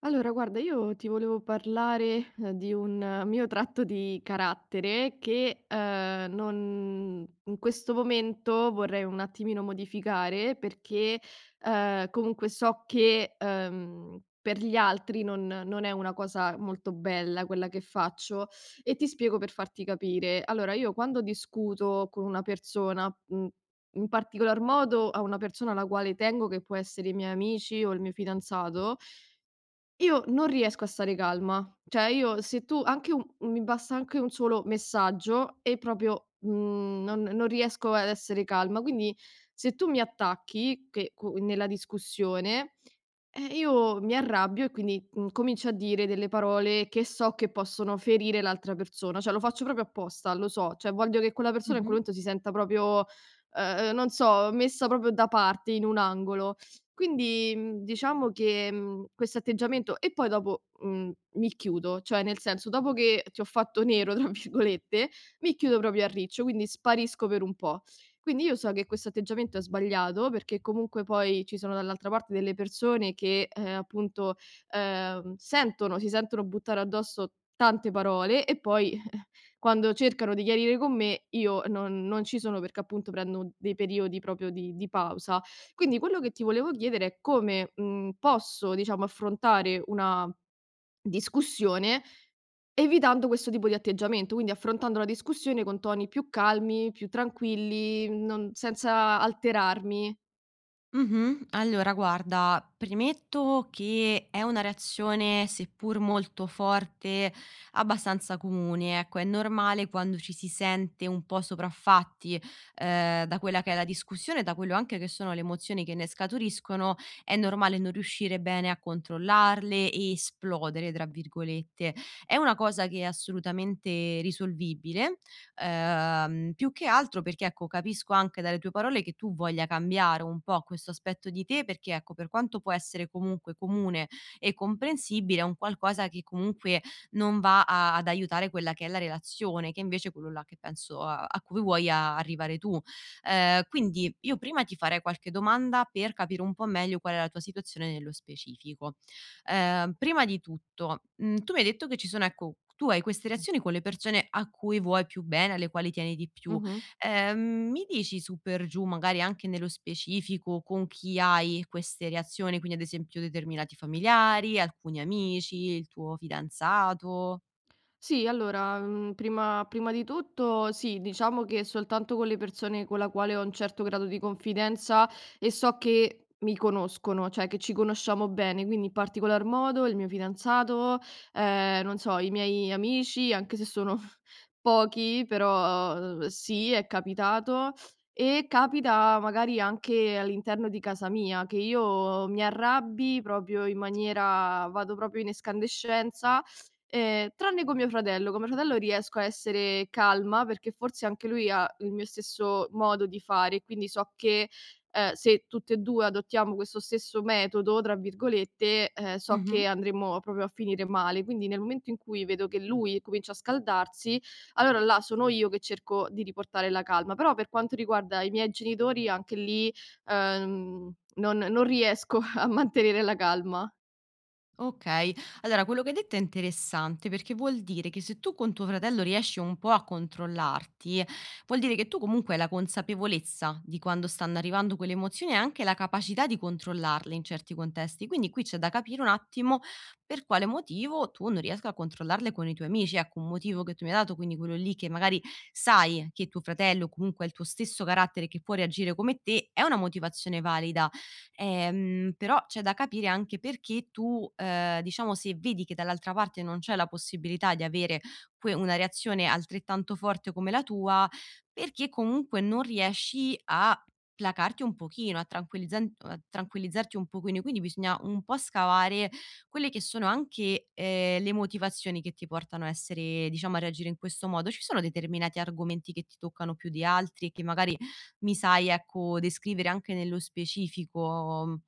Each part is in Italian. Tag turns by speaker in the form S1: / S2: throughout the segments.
S1: Allora, guarda, io ti volevo parlare, di un mio tratto di carattere che, non in questo momento vorrei un attimino modificare perché, comunque so che, per gli altri non è una cosa molto bella quella che faccio e ti spiego per farti capire. Allora, io quando discuto con una persona, in particolar modo a una persona alla quale tengo che può essere i miei amici o il mio fidanzato io non riesco a stare calma. Cioè io se tu anche un mi basta anche un solo messaggio e proprio, non riesco ad essere calma. Quindi se tu mi attacchi che co nella discussione, io mi arrabbio e quindi, comincio a dire delle parole che so che possono ferire l'altra persona, cioè lo faccio proprio apposta, lo so, cioè voglio che quella persona in
S2: Mh-mh.
S1: quel momento si senta proprio, non so, messa proprio da parte in un angolo. Quindi, diciamo che, questo atteggiamento e poi dopo, mi chiudo, cioè nel senso dopo che ti ho fatto "nero" tra virgolette, mi chiudo proprio a riccio, quindi sparisco per un po'. Quindi io so che questo atteggiamento è sbagliato, perché comunque poi ci sono dall'altra parte delle persone che, appunto, sentono si sentono buttare addosso tante parole e poi quando cercano di chiarire con me io non ci sono perché appunto prendo dei periodi proprio di pausa. Quindi quello che ti volevo chiedere è come, posso, diciamo, affrontare una discussione evitando questo tipo di atteggiamento, quindi affrontando la discussione con toni più calmi, più tranquilli, non senza alterarmi.
S2: Mh-mh. Allora guarda, premetto che è una reazione, seppur molto forte, abbastanza comune, ecco. È normale quando ci si sente un po' sopraffatti, da quella che è la discussione, da quello anche che sono le emozioni che ne scaturiscono, è normale non riuscire bene a controllarle e "esplodere", tra virgolette. È una cosa che è assolutamente risolvibile. Più che altro perché, ecco, capisco anche dalle tue parole che tu voglia cambiare un po' questo aspetto di te perché, ecco, per quanto può essere comunque comune e comprensibile, è un qualcosa che comunque non va a ad aiutare quella che è la relazione, che invece è quello là che penso a cui vuoi a arrivare tu. Quindi io prima ti farei qualche domanda per capire un po' meglio qual è la tua situazione nello specifico. Prima di tutto, tu mi hai detto che ci sono ecco, tu hai queste reazioni con le persone a cui vuoi più bene, alle quali tieni di più.
S1: Mh-mh.
S2: Mi dici su per giù, magari anche nello specifico, con chi hai queste reazioni, quindi ad esempio determinati familiari, alcuni amici, il tuo fidanzato?
S1: Sì, allora, prima di tutto sì, diciamo che soltanto con le persone con la quale ho un certo grado di confidenza e so che mi conoscono, cioè che ci conosciamo bene, quindi in particolar modo il mio fidanzato, non so, i miei amici, anche se sono pochi, però sì, è capitato. E capita magari anche all'interno di casa mia che io mi arrabbi proprio in maniera vado proprio in escandescenza. Tranne con mio fratello. Con mio fratello riesco a essere calma, perché forse anche lui ha il mio stesso modo di fare, quindi so che, se tutte e 2 adottiamo questo stesso "metodo", tra virgolette, so
S2: Mh-mh.
S1: che andremo proprio a finire male. Quindi nel momento in cui vedo che lui comincia a scaldarsi, allora là sono io che cerco di riportare la calma. Però per quanto riguarda i miei genitori anche lì, non riesco a mantenere la calma.
S2: Okay. Allora quello che hai detto è interessante, perché vuol dire che se tu con tuo fratello riesci un po' a controllarti, vuol dire che tu comunque hai la consapevolezza di quando stanno arrivando quelle emozioni e anche la capacità di controllarle in certi contesti. Quindi qui c'è da capire un attimo per quale motivo tu non riesca a controllarle con i tuoi amici. Ecco, un motivo che tu mi hai dato, quindi quello lì che magari sai che tuo fratello, o comunque ha il tuo stesso carattere che può reagire come te, è una motivazione valida. Però c'è da capire anche perché tu, diciamo se vedi che dall'altra parte non c'è la possibilità di avere que una reazione altrettanto forte come la tua, perché comunque non riesci a placarti un pochino, a tranquillizzan a tranquillizzarti un pochino. Quindi bisogna un po' scavare quelle che sono anche, le motivazioni che ti portano a essere diciamo a reagire in questo modo. Ci sono determinati argomenti che ti toccano più di altri e che magari mi sai, ecco, descrivere anche nello specifico,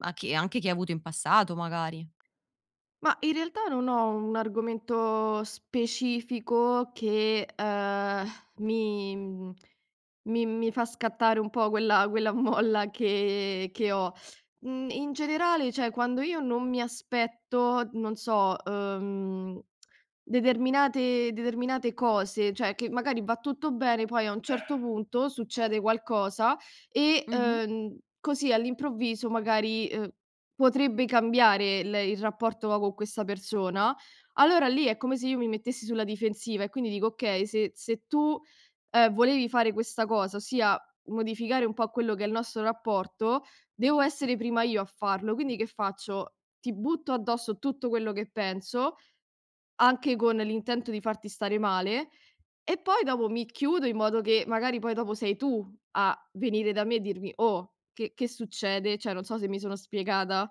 S2: a che anche che hai avuto in passato magari.
S1: Ma in realtà non ho un argomento specifico che, mi mhmm, mi mi fa scattare un po' quella molla che ho. In generale, cioè quando io non mi aspetto, non so, determinate cose, cioè che magari va tutto bene, poi a un certo punto succede qualcosa e,
S2: Mh-mh.
S1: così all'improvviso magari, potrebbe cambiare il rapporto che ho con questa persona, allora lì è come se io mi mettessi sulla difensiva e quindi dico: "Okay, se tu, volevi fare questa cosa, ossia modificare un po' quello che è il nostro rapporto, devo essere prima io a farlo". Quindi che faccio? Ti butto addosso tutto quello che penso, anche con l'intento di farti stare male, e poi dopo mi chiudo in modo che magari poi dopo sei tu a venire da me e dirmi: "Oh, che succede?" Cioè, non so se mi sono spiegata.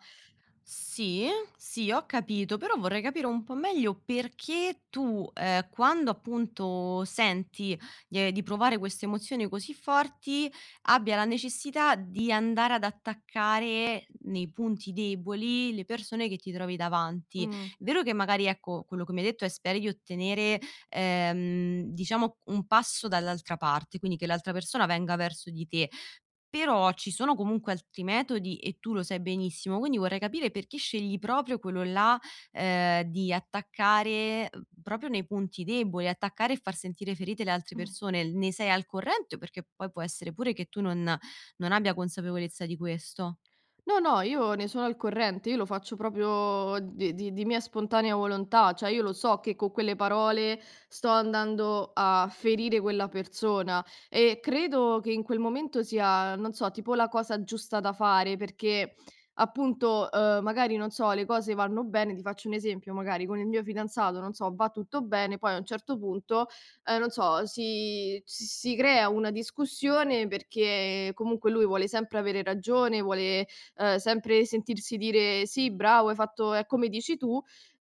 S2: Sì, sì, ho capito, però vorrei capire un po' meglio perché tu, quando appunto senti, di provare queste emozioni così forti, abbia la necessità di andare ad attaccare nei punti deboli le persone che ti trovi davanti. È
S1: Mh.
S2: vero che magari, ecco, quello che mi hai detto è speri di ottenere, diciamo un passo dall'altra parte, quindi che l'altra persona venga verso di te. Però ci sono comunque altri metodi e tu lo sai benissimo, quindi vorrei capire perché scegli proprio quello là, di attaccare, proprio nei punti deboli, attaccare e far sentire ferite le altre persone. L ne sei al corrente? Perché poi può essere pure che tu non abbia consapevolezza di questo.
S1: No, no, io ne sono al corrente, io lo faccio proprio di mia spontanea volontà, cioè io lo so che con quelle parole sto andando a ferire quella persona e credo che in quel momento sia, non so, tipo la cosa giusta da fare perché appunto magari, non so, le cose vanno bene, ti faccio un esempio, magari con il mio fidanzato, non so, va tutto bene, poi a un certo punto non so, si crea una discussione perché comunque lui vuole sempre avere ragione, vuole sempre sentirsi dire: "Sì, bravo, hai fatto è come dici tu."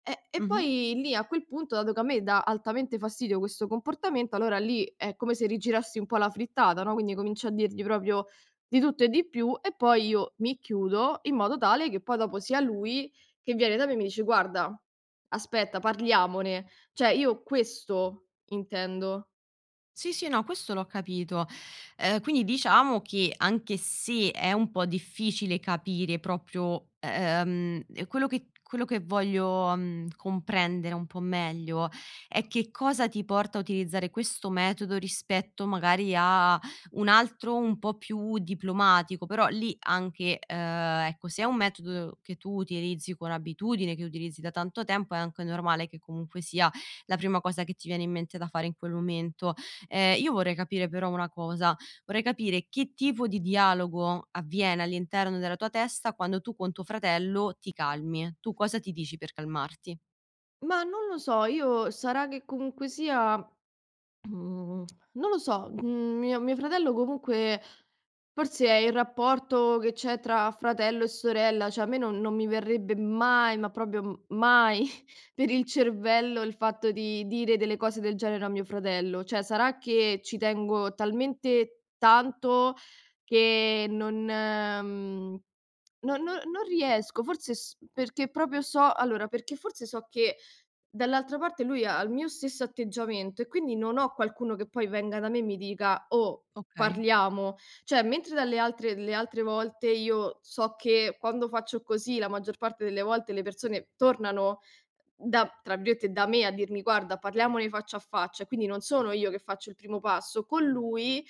S1: E
S2: Mh-mh.
S1: poi lì a quel punto, dato che a me dà altamente fastidio questo comportamento, allora lì è come se rigirassi un po' la frittata, no, quindi comincio a dirgli proprio di tutto e di più e poi io mi chiudo in modo tale che poi dopo sia lui che viene da me e mi dice: "Guarda, aspetta, parliamone." Cioè io questo intendo.
S2: Sì, sì, no, questo l'ho capito. Quindi diciamo che anche se è un po' difficile capire proprio, quello che voglio, comprendere un po' meglio è che cosa ti porta a utilizzare questo metodo rispetto magari a un altro un po' più diplomatico, però lì anche, ecco, se è un metodo che tu utilizzi con abitudine, che utilizzi da tanto tempo, è anche normale che comunque sia la prima cosa che ti viene in mente da fare in quel momento. Io vorrei capire però una cosa, vorrei capire che tipo di dialogo avviene all'interno della tua testa quando tu con tuo fratello ti calmi. Tu cosa ti dici per calmarti?
S1: Ma non lo so, io sarà che comunque sia Mhmm, non lo so, mio fratello comunque forse è il rapporto che c'è tra fratello e sorella, cioè a me non mi verrebbe mai, ma proprio m mai per il cervello il fatto di dire delle cose del genere a mio fratello. Cioè sarà che ci tengo talmente tanto che non mhmm, non non non riesco, forse s perché proprio so allora, perché forse so che dall'altra parte lui ha il mio stesso atteggiamento e quindi non ho qualcuno che poi venga da me e mi dica: "Oh,
S2: Okay,
S1: parliamo". Cioè, mentre dalle altre le altre volte io so che quando faccio così, la maggior parte delle volte le persone tornano da tra virgolette, "da me" a dirmi: "Guarda, parliamone faccia a faccia", e quindi non sono io che faccio il primo passo. Con lui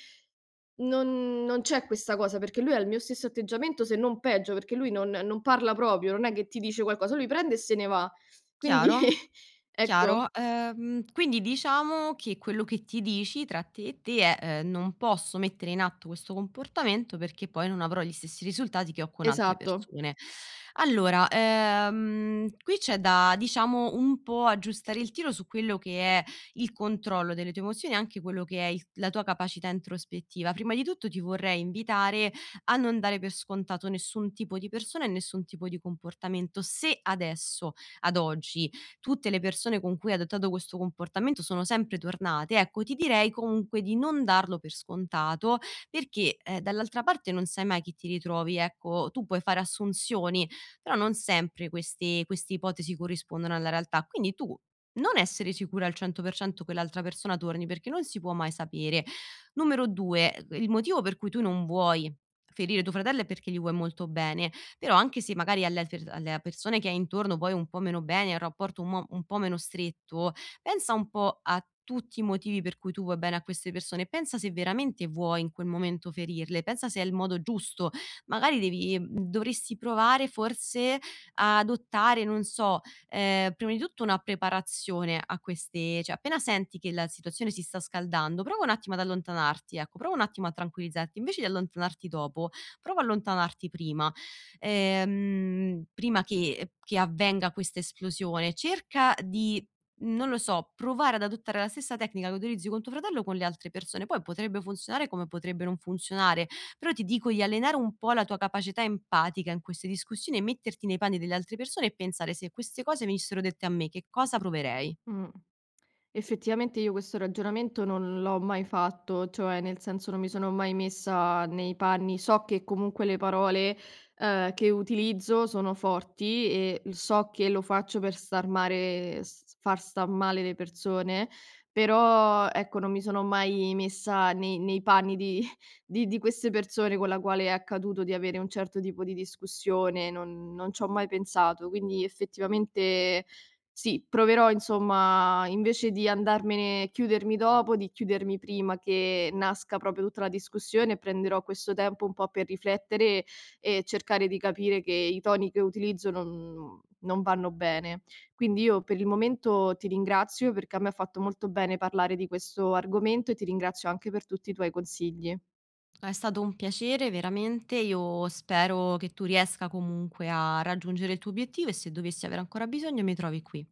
S1: non c'è questa cosa, perché lui ha il mio stesso atteggiamento, se non peggio, perché lui non parla proprio, non è che ti dice qualcosa, lui prende e se ne va. Quindi
S2: chiaro.
S1: ecco,
S2: Chiaro, quindi diciamo che quello che ti dici tra te e te è, "Non posso mettere in atto questo comportamento perché poi non avrò gli stessi risultati che ho con altre
S1: esatto.
S2: persone". Allora, qui c'è da, diciamo, un po' aggiustare il tiro su quello che è il controllo delle tue emozioni e anche quello che è il la tua capacità introspettiva. Prima di tutto ti vorrei invitare a non dare per scontato nessun tipo di persona e nessun tipo di comportamento. Se adesso, ad oggi, tutte le persone con cui hai adottato questo comportamento sono sempre tornate. Ecco, ti direi comunque di non darlo per scontato, perché, dall'altra parte non sai mai chi ti ritrovi. Ecco, tu puoi fare assunzioni, però non sempre queste ipotesi corrispondono alla realtà. Quindi tu non essere sicura al 100% che l'altra persona torni, perché non si può mai sapere. Numero 2, il motivo per cui tu non vuoi ferire tuo fratello è perché gli vuoi molto bene. Però anche se magari alle persone che hai intorno vuoi un po' meno bene, il rapporto un po' meno stretto, pensa un po' a tutti i motivi per cui tu vuoi bene a queste persone, pensa se veramente vuoi in quel momento ferirle, pensa se è il modo giusto. Magari devi mhmm, dovresti provare forse a adottare, non so, prima di tutto una preparazione a queste cioè appena senti che la situazione si sta scaldando, prova un attimo ad allontanarti, ecco, prova un attimo a tranquillizzarti. Invece di allontanarti dopo, prova a allontanarti prima prima che avvenga questa esplosione, cerca di non lo so, provare ad adottare la stessa tecnica che utilizzi con tuo fratello con le altre persone. Poi potrebbe funzionare come potrebbe non funzionare, però ti dico di allenare un po' la tua capacità empatica in queste discussioni e metterti nei panni delle altre persone e pensare: "Se queste cose venissero dette a me, che cosa proverei?"
S1: Mh. Effettivamente io questo ragionamento non l'ho mai fatto, cioè nel senso non mi sono mai messa nei panni. So che comunque le parole, che utilizzo sono forti e l so che lo faccio per star mare s far star male le persone, però ecco non mi sono mai messa nei panni di di queste persone con la quale è accaduto di avere un certo tipo di discussione, non c'ho mai pensato. Quindi effettivamente sì, proverò insomma, invece di andarmene chiudermi dopo, di chiudermi prima che nasca proprio tutta la discussione, prenderò questo tempo un po' per riflettere e cercare di capire che i toni che utilizzo non vanno bene. Quindi io per il momento ti ringrazio perché a me ha fatto molto bene parlare di questo argomento e ti ringrazio anche per tutti i tuoi consigli.
S2: È stato un piacere veramente, io spero che tu riesca comunque a raggiungere il tuo obiettivo e se dovessi avere ancora bisogno mi trovi qui.